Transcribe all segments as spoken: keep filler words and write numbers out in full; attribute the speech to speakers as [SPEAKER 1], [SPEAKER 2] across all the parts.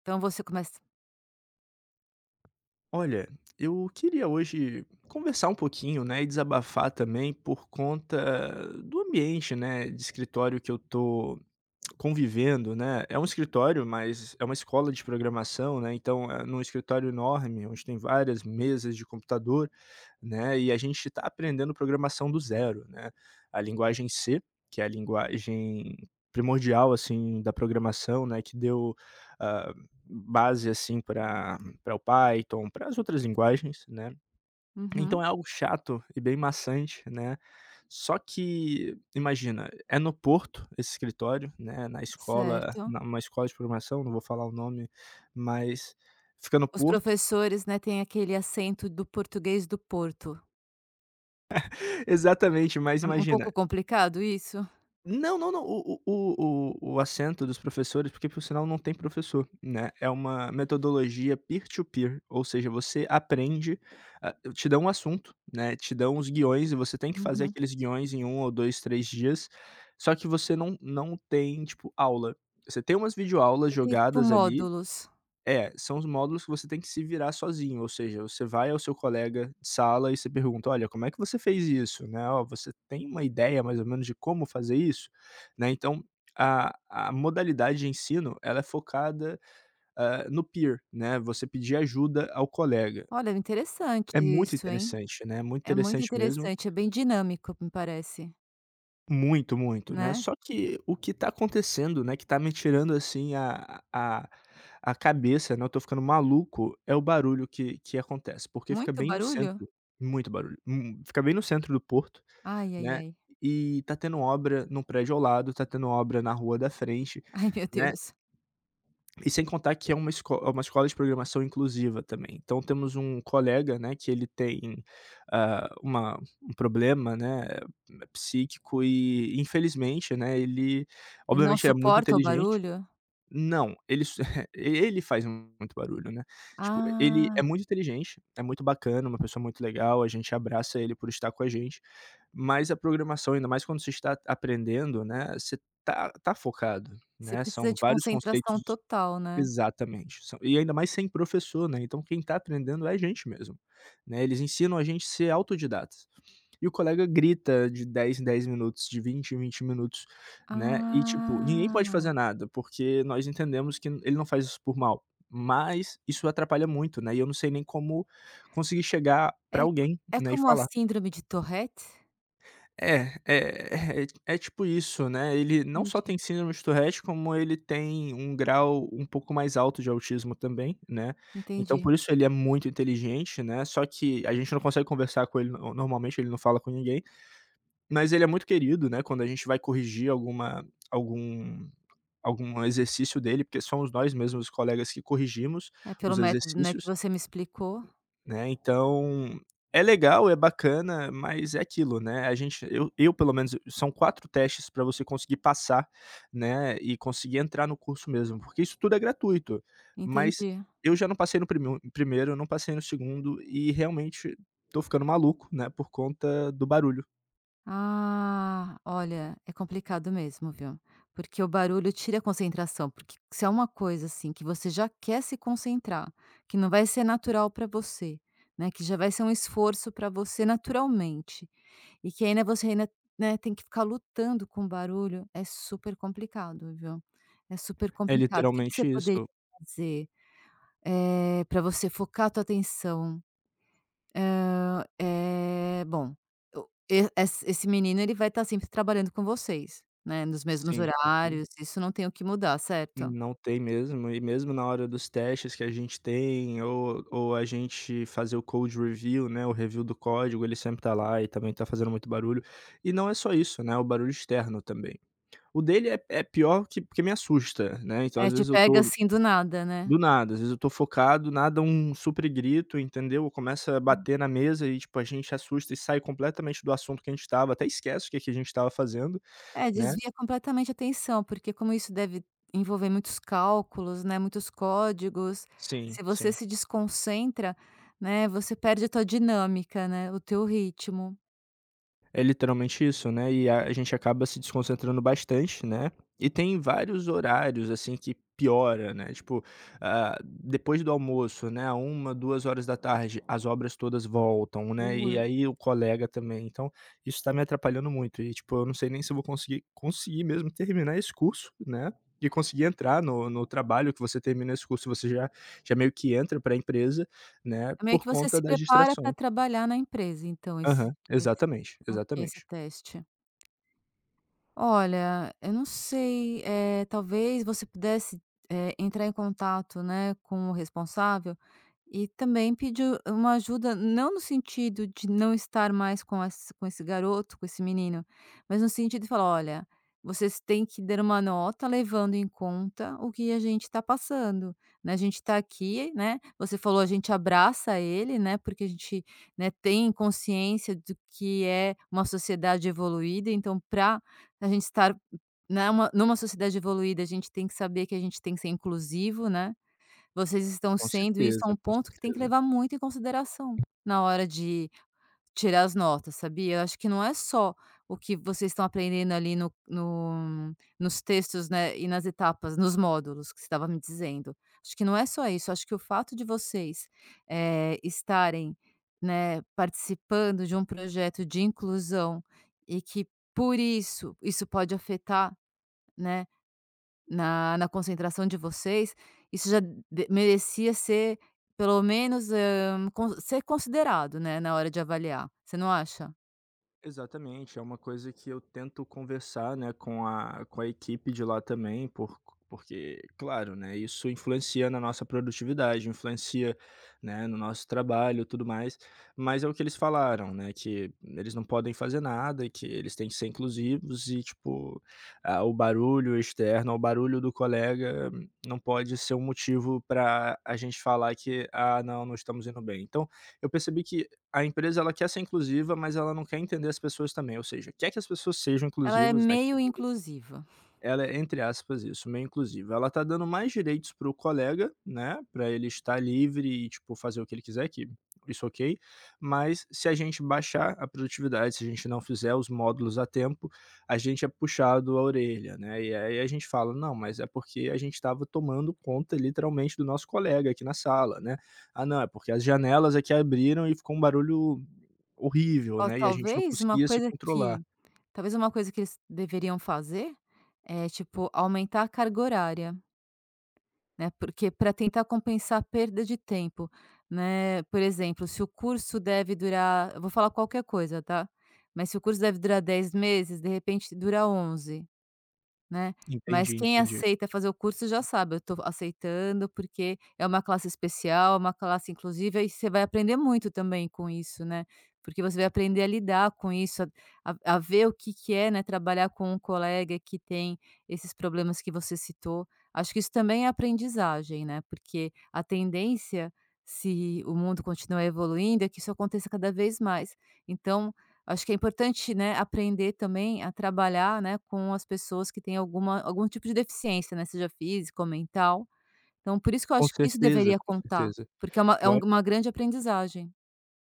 [SPEAKER 1] Então você começa.
[SPEAKER 2] Olha, eu queria hoje conversar um pouquinho, né, e desabafar também por conta do ambiente, né, de escritório que eu tô convivendo, né. É um escritório, mas é uma escola de programação, né, então é num escritório enorme, onde tem várias mesas de computador, né, e a gente está aprendendo programação do zero, né. A linguagem C, que é a linguagem primordial, assim, da programação, né, que deu, hã, base, assim, para pra o Python, para as outras linguagens, né. Então
[SPEAKER 1] Uhum,
[SPEAKER 2] é algo chato e bem maçante, né. Só que, imagina, é no Porto esse escritório, né, na escola
[SPEAKER 1] certo.
[SPEAKER 2] numa escola de programação, não vou falar o nome, mas fica no
[SPEAKER 1] Os
[SPEAKER 2] Porto.
[SPEAKER 1] professores, né, têm aquele acento do português do Porto.
[SPEAKER 2] Exatamente, mas
[SPEAKER 1] É um
[SPEAKER 2] imagina,
[SPEAKER 1] pouco complicado isso?
[SPEAKER 2] não, não, não. O o o o assento dos professores, porque por sinal não tem professor, né, é uma metodologia peer-to-peer, ou seja, você aprende, ah, te dão um assunto, né, te dão os guiões e você tem que fazer
[SPEAKER 1] Uhum.
[SPEAKER 2] aqueles guiões em um ou dois, três dias, só que você não não tem, tipo, aula. Você tem umas videoaulas
[SPEAKER 1] Você tem tipo
[SPEAKER 2] jogadas ali,
[SPEAKER 1] módulos.
[SPEAKER 2] é, são os módulos que você tem que se virar sozinho, ou seja, você vai ao seu colega de sala e você pergunta: "Olha, como é que você fez isso?", né, "Ó, você tem uma ideia mais ou menos de como fazer isso?", né, então, a a modalidade de ensino ela é focada, hã, no peer, né, você pedir ajuda ao colega.
[SPEAKER 1] Olha, interessante
[SPEAKER 2] É muito
[SPEAKER 1] isso, hein.
[SPEAKER 2] interessante, né, muito
[SPEAKER 1] É muito
[SPEAKER 2] interessante mesmo.
[SPEAKER 1] interessante, é bem dinâmico, me parece,
[SPEAKER 2] Muito, muito, né.
[SPEAKER 1] né.
[SPEAKER 2] Só que o que tá acontecendo, né, que tá me tirando, assim, a a a cabeça, né, eu tô ficando maluco, é o barulho que que acontece, porque fica
[SPEAKER 1] Muito
[SPEAKER 2] bem no
[SPEAKER 1] barulho?
[SPEAKER 2] centro, muito barulho, hum, fica bem no centro do porto,
[SPEAKER 1] Ai, ai,
[SPEAKER 2] né,
[SPEAKER 1] ai.
[SPEAKER 2] e tá tendo obra num prédio ao lado, tá tendo obra na rua da frente,
[SPEAKER 1] Ai, meu
[SPEAKER 2] né.
[SPEAKER 1] Deus.
[SPEAKER 2] E sem contar que é uma esco é uma escola de programação inclusiva também. Então temos um colega, né, que ele tem, ah, uma um problema, né, psíquico e infelizmente, né, ele
[SPEAKER 1] Eu não
[SPEAKER 2] obviamente ele é muito
[SPEAKER 1] suporta o
[SPEAKER 2] inteligente.
[SPEAKER 1] barulho?
[SPEAKER 2] Não, ele s ele faz muito barulho, né. Tipo, ele é
[SPEAKER 1] Ah,
[SPEAKER 2] muito inteligente, é muito bacana, uma pessoa muito legal, a gente abraça ele por estar com a gente, mas a programação, ainda mais quando você está aprendendo, né, você tá tá focado,
[SPEAKER 1] você
[SPEAKER 2] né,
[SPEAKER 1] precisa
[SPEAKER 2] são
[SPEAKER 1] de
[SPEAKER 2] vários
[SPEAKER 1] concentração
[SPEAKER 2] conceitos.
[SPEAKER 1] total, né.
[SPEAKER 2] Exatamente. São, e ainda mais sem professor, né, então quem tá aprendendo é a gente mesmo, né, eles ensinam a gente a ser autodidatas. E o colega grita de dez em dez minutos, de vinte em vinte minutos, né, e tipo, ninguém pode
[SPEAKER 1] Ah,
[SPEAKER 2] fazer nada, porque nós entendemos que ele não faz isso por mal, mas isso atrapalha muito, né, e eu não sei nem como conseguir chegar
[SPEAKER 1] é
[SPEAKER 2] pra alguém,
[SPEAKER 1] é
[SPEAKER 2] né, e
[SPEAKER 1] como a
[SPEAKER 2] falar.
[SPEAKER 1] síndrome de Tourette?
[SPEAKER 2] É, é é é é tipo isso, né, ele não só tem
[SPEAKER 1] Entendi.
[SPEAKER 2] síndrome de Tourette, como ele tem um grau um pouco mais alto de autismo também, né, então
[SPEAKER 1] Entendi.
[SPEAKER 2] por isso ele é muito inteligente, né, só que a gente não consegue conversar com ele no normalmente, ele não fala com ninguém, mas ele é muito querido, né, quando a gente vai corrigir alguma algum algum exercício dele, porque somos nós mesmos os colegas que corrigimos
[SPEAKER 1] É pelo
[SPEAKER 2] os
[SPEAKER 1] método, né, que
[SPEAKER 2] exercícios.
[SPEAKER 1] você me explicou.
[SPEAKER 2] Né, então é legal, é bacana, mas é aquilo, né, a gente eu eu pelo menos são quatro testes para você conseguir passar, né, e conseguir entrar no curso mesmo, porque isso tudo é gratuito, mas
[SPEAKER 1] Entendi.
[SPEAKER 2] eu já não passei no prime primeiro, não passei no segundo e realmente tô ficando maluco, né, por conta do barulho.
[SPEAKER 1] Ah, olha, é complicado mesmo, viu? Porque o barulho tira a concentração, porque se é uma coisa assim que você já quer se concentrar, que não vai ser natural para você, né, que já vai ser um esforço para você naturalmente e que ainda você ainda, né, tem que ficar lutando com o barulho, é super complicado, viu? É super
[SPEAKER 2] É
[SPEAKER 1] complicado. O que que você
[SPEAKER 2] literalmente
[SPEAKER 1] poderia
[SPEAKER 2] isso.
[SPEAKER 1] fazer, eh, para você focar a tua atenção. Hã, eh, bom, o e ess esse menino ele vai estar sempre trabalhando com vocês, né, nos mesmos
[SPEAKER 2] Sim, sim.
[SPEAKER 1] horários, isso não tem o que mudar, certo?
[SPEAKER 2] Não tem mesmo, e mesmo na hora dos testes que a gente tem ou ou a gente fazer o code review, né, o review do código, ele sempre tá lá e também tá fazendo muito barulho. E não é só isso, né, é o barulho externo também. O dele é é pior que porque me assusta, né, então
[SPEAKER 1] É,
[SPEAKER 2] às
[SPEAKER 1] te
[SPEAKER 2] vezes eu
[SPEAKER 1] pega
[SPEAKER 2] tô
[SPEAKER 1] assim do nada, né.
[SPEAKER 2] do nada, às vezes eu tô focado, nada um super grito, entendeu, começa a bater na mesa e, tipo, a gente assusta e sai completamente do assunto que a gente tava, até esquece o que que a gente tava fazendo,
[SPEAKER 1] É,
[SPEAKER 2] né.
[SPEAKER 1] desvia completamente a atenção, porque como isso deve envolver muitos cálculos, né, muitos códigos,
[SPEAKER 2] Sim,
[SPEAKER 1] se você
[SPEAKER 2] sim.
[SPEAKER 1] se desconcentra, né, você perde a tua dinâmica, né, o teu ritmo,
[SPEAKER 2] É literalmente isso, né, e a a gente acaba se desconcentrando bastante, né, e tem vários horários, assim, que piora, né, tipo, ah, depois do almoço, né, a uma, duas horas da tarde, as obras todas voltam, né, e
[SPEAKER 1] o.
[SPEAKER 2] aí o colega também, então isso tá me atrapalhando muito e, tipo, eu não sei nem se eu vou conseguir conseguir mesmo terminar esse curso, né, e conseguir entrar no no trabalho que você termina esse curso, você já já meio que entra para a empresa, né,
[SPEAKER 1] É meio
[SPEAKER 2] por
[SPEAKER 1] que você
[SPEAKER 2] conta
[SPEAKER 1] se
[SPEAKER 2] das
[SPEAKER 1] prepara para
[SPEAKER 2] distrações.
[SPEAKER 1] trabalhar na empresa, então esse
[SPEAKER 2] Aham,
[SPEAKER 1] esse
[SPEAKER 2] exatamente,
[SPEAKER 1] ok, esse
[SPEAKER 2] exatamente.
[SPEAKER 1] teste. Olha, eu não sei, eh, talvez você pudesse, eh, entrar em contato, né, com o responsável e também pedir uma ajuda, não no sentido de não estar mais com esse com esse garoto, com esse menino, mas no sentido de falar: "Olha, vocês têm que dar uma nota levando em conta o que a gente está passando, né, a gente está aqui, né, você falou, a gente abraça ele, né, porque a gente, né, tem consciência do que é uma sociedade evoluída, então para a gente estar, né, uma numa sociedade evoluída, a gente tem que saber que a gente tem que ser inclusivo, né. Vocês estão
[SPEAKER 2] Com
[SPEAKER 1] sendo, e isso é
[SPEAKER 2] certeza,
[SPEAKER 1] um
[SPEAKER 2] com
[SPEAKER 1] ponto que tem que
[SPEAKER 2] certeza.
[SPEAKER 1] levar muito em consideração na hora de tirar as notas, sabia? Eu acho que não é só o que vocês estão aprendendo ali no no nos textos, né, e nas etapas, nos módulos que você estava me dizendo. Acho que não é só isso, acho que o fato de vocês, eh, estarem, né, participando de um projeto de inclusão e que por isso, isso pode afetar, né, na na concentração de vocês, isso já de merecia ser pelo menos, hã, con ser considerado, né, na hora de avaliar, você não acha?
[SPEAKER 2] Exatamente, é uma coisa que eu tento conversar, né, com a com a equipe de lá também, por porque, claro, né, isso influencia na nossa produtividade, influencia, né, no nosso trabalho, e tudo mais, mas é o que eles falaram, né, que eles não podem fazer nada e que eles têm que ser inclusivos e, tipo, ah, o barulho externo, o barulho do colega, hum, não pode ser um motivo para a gente falar que: "Ah, não, não estamos indo bem". Então, eu percebi que a empresa ela quer ser inclusiva, mas ela não quer entender as pessoas também, ou seja, quer que as pessoas sejam
[SPEAKER 1] Ela é
[SPEAKER 2] inclusivas, né.
[SPEAKER 1] meio inclusiva.
[SPEAKER 2] Ela é, entre aspas, isso, meio inclusiva. Ela tá dando mais direitos pro colega, né, pra ele estar livre e, tipo, fazer o que ele quiser, que isso ok, mas se a gente baixar a produtividade, se a gente não fizer os módulos a tempo, a gente é puxado a orelha, né, e aí a gente fala: "Não, mas é porque a gente estava tomando conta, literalmente, do nosso colega aqui na sala, né. Ah, não, é porque as janelas aqui abriram e ficou um barulho horrível,
[SPEAKER 1] Ó,
[SPEAKER 2] né, e a gente não
[SPEAKER 1] talvez uma
[SPEAKER 2] conseguia se
[SPEAKER 1] coisa
[SPEAKER 2] controlar".
[SPEAKER 1] que talvez uma coisa que eles deveriam fazer é, tipo, aumentar a carga horária, né, porque para tentar compensar a perda de tempo, né. Por exemplo, se o curso deve durar, eu vou falar qualquer coisa, tá. Mas se o curso deve durar dez meses, de repente dura onze. Né, mas
[SPEAKER 2] Entendi,
[SPEAKER 1] quem
[SPEAKER 2] entendi.
[SPEAKER 1] aceita fazer o curso já sabe, eu estou aceitando porque é uma classe especial, é uma classe inclusiva e você vai aprender muito também com isso, né, porque você vai aprender a lidar com isso, a a a ver o que que é, né, trabalhar com um colega que tem esses problemas que você citou. Acho que isso também é aprendizagem, né, porque a tendência, se o mundo continuar evoluindo, é que isso aconteça cada vez mais. Então acho que é importante, né, aprender também a trabalhar, né, com as pessoas que têm alguma algum tipo de deficiência, né, seja física ou mental. Então por isso que eu
[SPEAKER 2] Com
[SPEAKER 1] acho que isso
[SPEAKER 2] certeza,
[SPEAKER 1] deveria
[SPEAKER 2] com
[SPEAKER 1] contar,
[SPEAKER 2] certeza.
[SPEAKER 1] porque é uma é
[SPEAKER 2] Eu
[SPEAKER 1] um-
[SPEAKER 2] acho,
[SPEAKER 1] uma grande aprendizagem.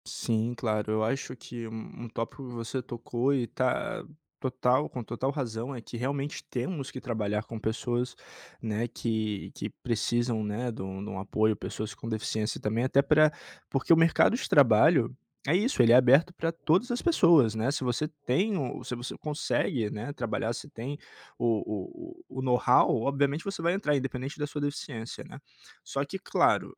[SPEAKER 2] sim, claro. Eu acho que um um tópico que você tocou e tá total com total razão é que realmente temos que trabalhar com pessoas, né, que que precisam, né, de um de um apoio, pessoas com deficiência também, até para porque o mercado de trabalho é isso, ele é aberto para todas as pessoas, né. Se você tem o se você consegue, né, trabalhar, se tem o o o o know-how, obviamente você vai entrar, independente da sua deficiência, né. Só que, claro,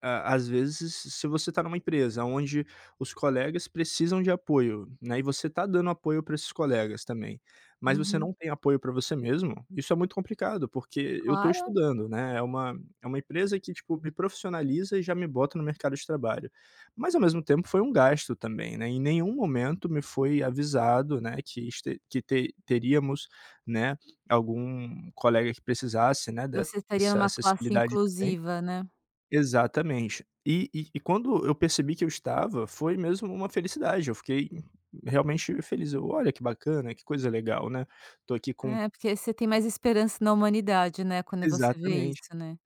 [SPEAKER 2] a às vezes, se você está numa empresa onde os colegas precisam de apoio, né, e você está dando apoio para esses colegas também, mas você
[SPEAKER 1] Uhum.
[SPEAKER 2] não tem apoio para você mesmo, isso é muito complicado, porque eu estou
[SPEAKER 1] Claro,
[SPEAKER 2] estudando, né, é uma é uma empresa que, tipo, me profissionaliza e já me bota no mercado de trabalho. Mas ao mesmo tempo foi um gasto também, né, em nenhum momento me foi avisado, né, que este que te teríamos, né, algum colega que precisasse, né,
[SPEAKER 1] você estaria
[SPEAKER 2] dessa
[SPEAKER 1] numa classe
[SPEAKER 2] acessibilidade também.
[SPEAKER 1] inclusiva, né.
[SPEAKER 2] Exatamente. E e e quando eu percebi que eu estava, foi mesmo uma felicidade, eu fiquei realmente feliz, eu: "Olha que bacana, que coisa legal, né, tô aqui com".
[SPEAKER 1] É, porque você tem mais esperança na humanidade, né, quando você vê
[SPEAKER 2] Exatamente,
[SPEAKER 1] isso, né.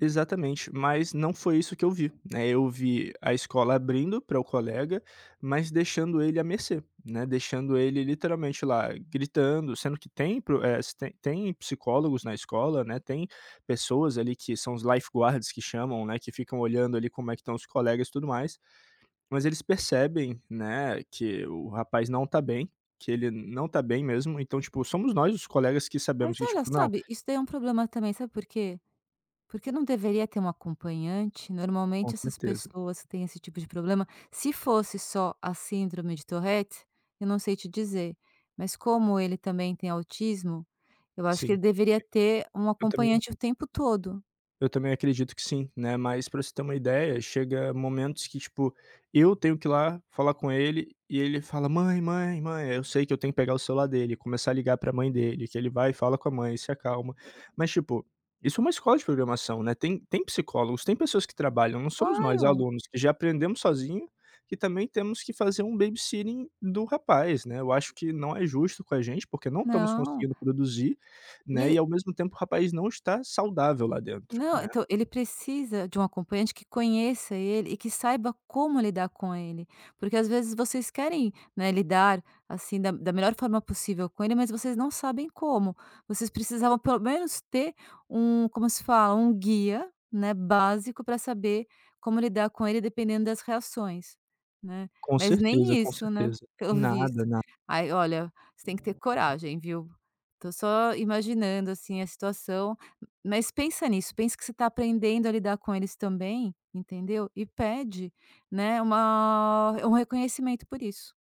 [SPEAKER 2] exatamente, mas não foi isso que eu vi, né, eu vi a escola abrindo para o colega, mas deixando ele à mercê, né, deixando ele literalmente lá gritando, sendo que tem pro eh, se tem tem psicólogos na escola, né, tem pessoas ali que são os lifeguards que chamam, né, que ficam olhando ali como é que estão os colegas e tudo mais. Mas eles percebem, né, que o rapaz não tá bem, que ele não tá bem mesmo, então, tipo, somos nós os colegas que
[SPEAKER 1] Mas
[SPEAKER 2] sabemos que,
[SPEAKER 1] olha,
[SPEAKER 2] tipo, não,
[SPEAKER 1] sabe, isso daí é um problema também, sabe por quê? Porque não deveria ter um acompanhante. Normalmente
[SPEAKER 2] com
[SPEAKER 1] essas
[SPEAKER 2] certeza.
[SPEAKER 1] pessoas que têm esse tipo de problema, se fosse só a síndrome de Tourette, eu não sei te dizer, mas como ele também tem autismo, eu acho que
[SPEAKER 2] Sim,
[SPEAKER 1] ele deveria
[SPEAKER 2] sim.
[SPEAKER 1] ter um
[SPEAKER 2] Eu também,
[SPEAKER 1] acompanhante o tempo todo.
[SPEAKER 2] eu também acredito que sim, né, mas pra você ter uma ideia, chega momentos que, tipo, eu tenho que ir lá falar com ele e ele fala: "Mãe, mãe, mãe", eu sei que eu tenho que pegar o celular dele, começar a ligar pra mãe dele, que ele vai e fala com a mãe, se acalma. Mas, tipo, isso é uma escola de programação, né, tem tem psicólogos, tem pessoas que trabalham, não somos nós,
[SPEAKER 1] Claro,
[SPEAKER 2] alunos, que já aprendemos sozinho, que também temos que fazer um babysitting do rapaz, né. Eu acho que não é justo com a gente, porque não estamos
[SPEAKER 1] não.
[SPEAKER 2] conseguindo produzir, né,
[SPEAKER 1] E
[SPEAKER 2] e ao mesmo tempo o rapaz não está saudável lá dentro,
[SPEAKER 1] não,
[SPEAKER 2] né.
[SPEAKER 1] então ele precisa de um acompanhante que conheça ele e que saiba como lidar com ele, porque às vezes vocês querem, né, lidar assim da, da melhor forma possível com ele, mas vocês não sabem como. Vocês precisavam pelo menos ter um, como se fala, um guia, né, básico para saber como lidar com ele dependendo das reações, né?
[SPEAKER 2] Com
[SPEAKER 1] Mas nem
[SPEAKER 2] certeza, com
[SPEAKER 1] isso, né?
[SPEAKER 2] certeza.
[SPEAKER 1] Pelo
[SPEAKER 2] Nada,
[SPEAKER 1] visto.
[SPEAKER 2] nada.
[SPEAKER 1] Aí, olha, você tem que ter coragem, viu? Tô só imaginando assim a situação, mas pensa nisso, pensa que você está aprendendo a lidar com eles também, entendeu? E pede, né, uma um reconhecimento por isso.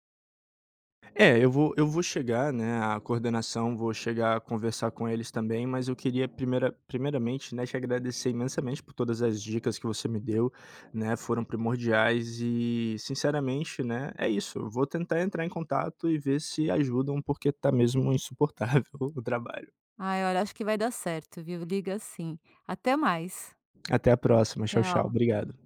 [SPEAKER 2] É, eu vou eu vou chegar, né, à coordenação, vou chegar a conversar com eles também, mas eu queria primeira primeiramente, né, te agradecer imensamente por todas as dicas que você me deu, né, foram primordiais e sinceramente, né, é isso, eu vou tentar entrar em contato e ver se ajudam, porque tá mesmo insuportável o trabalho.
[SPEAKER 1] Ai, olha, acho que vai dar certo, viu? Liga assim. Até mais.
[SPEAKER 2] Até a próxima, tchau, tchau,
[SPEAKER 1] Tchau.
[SPEAKER 2] obrigado.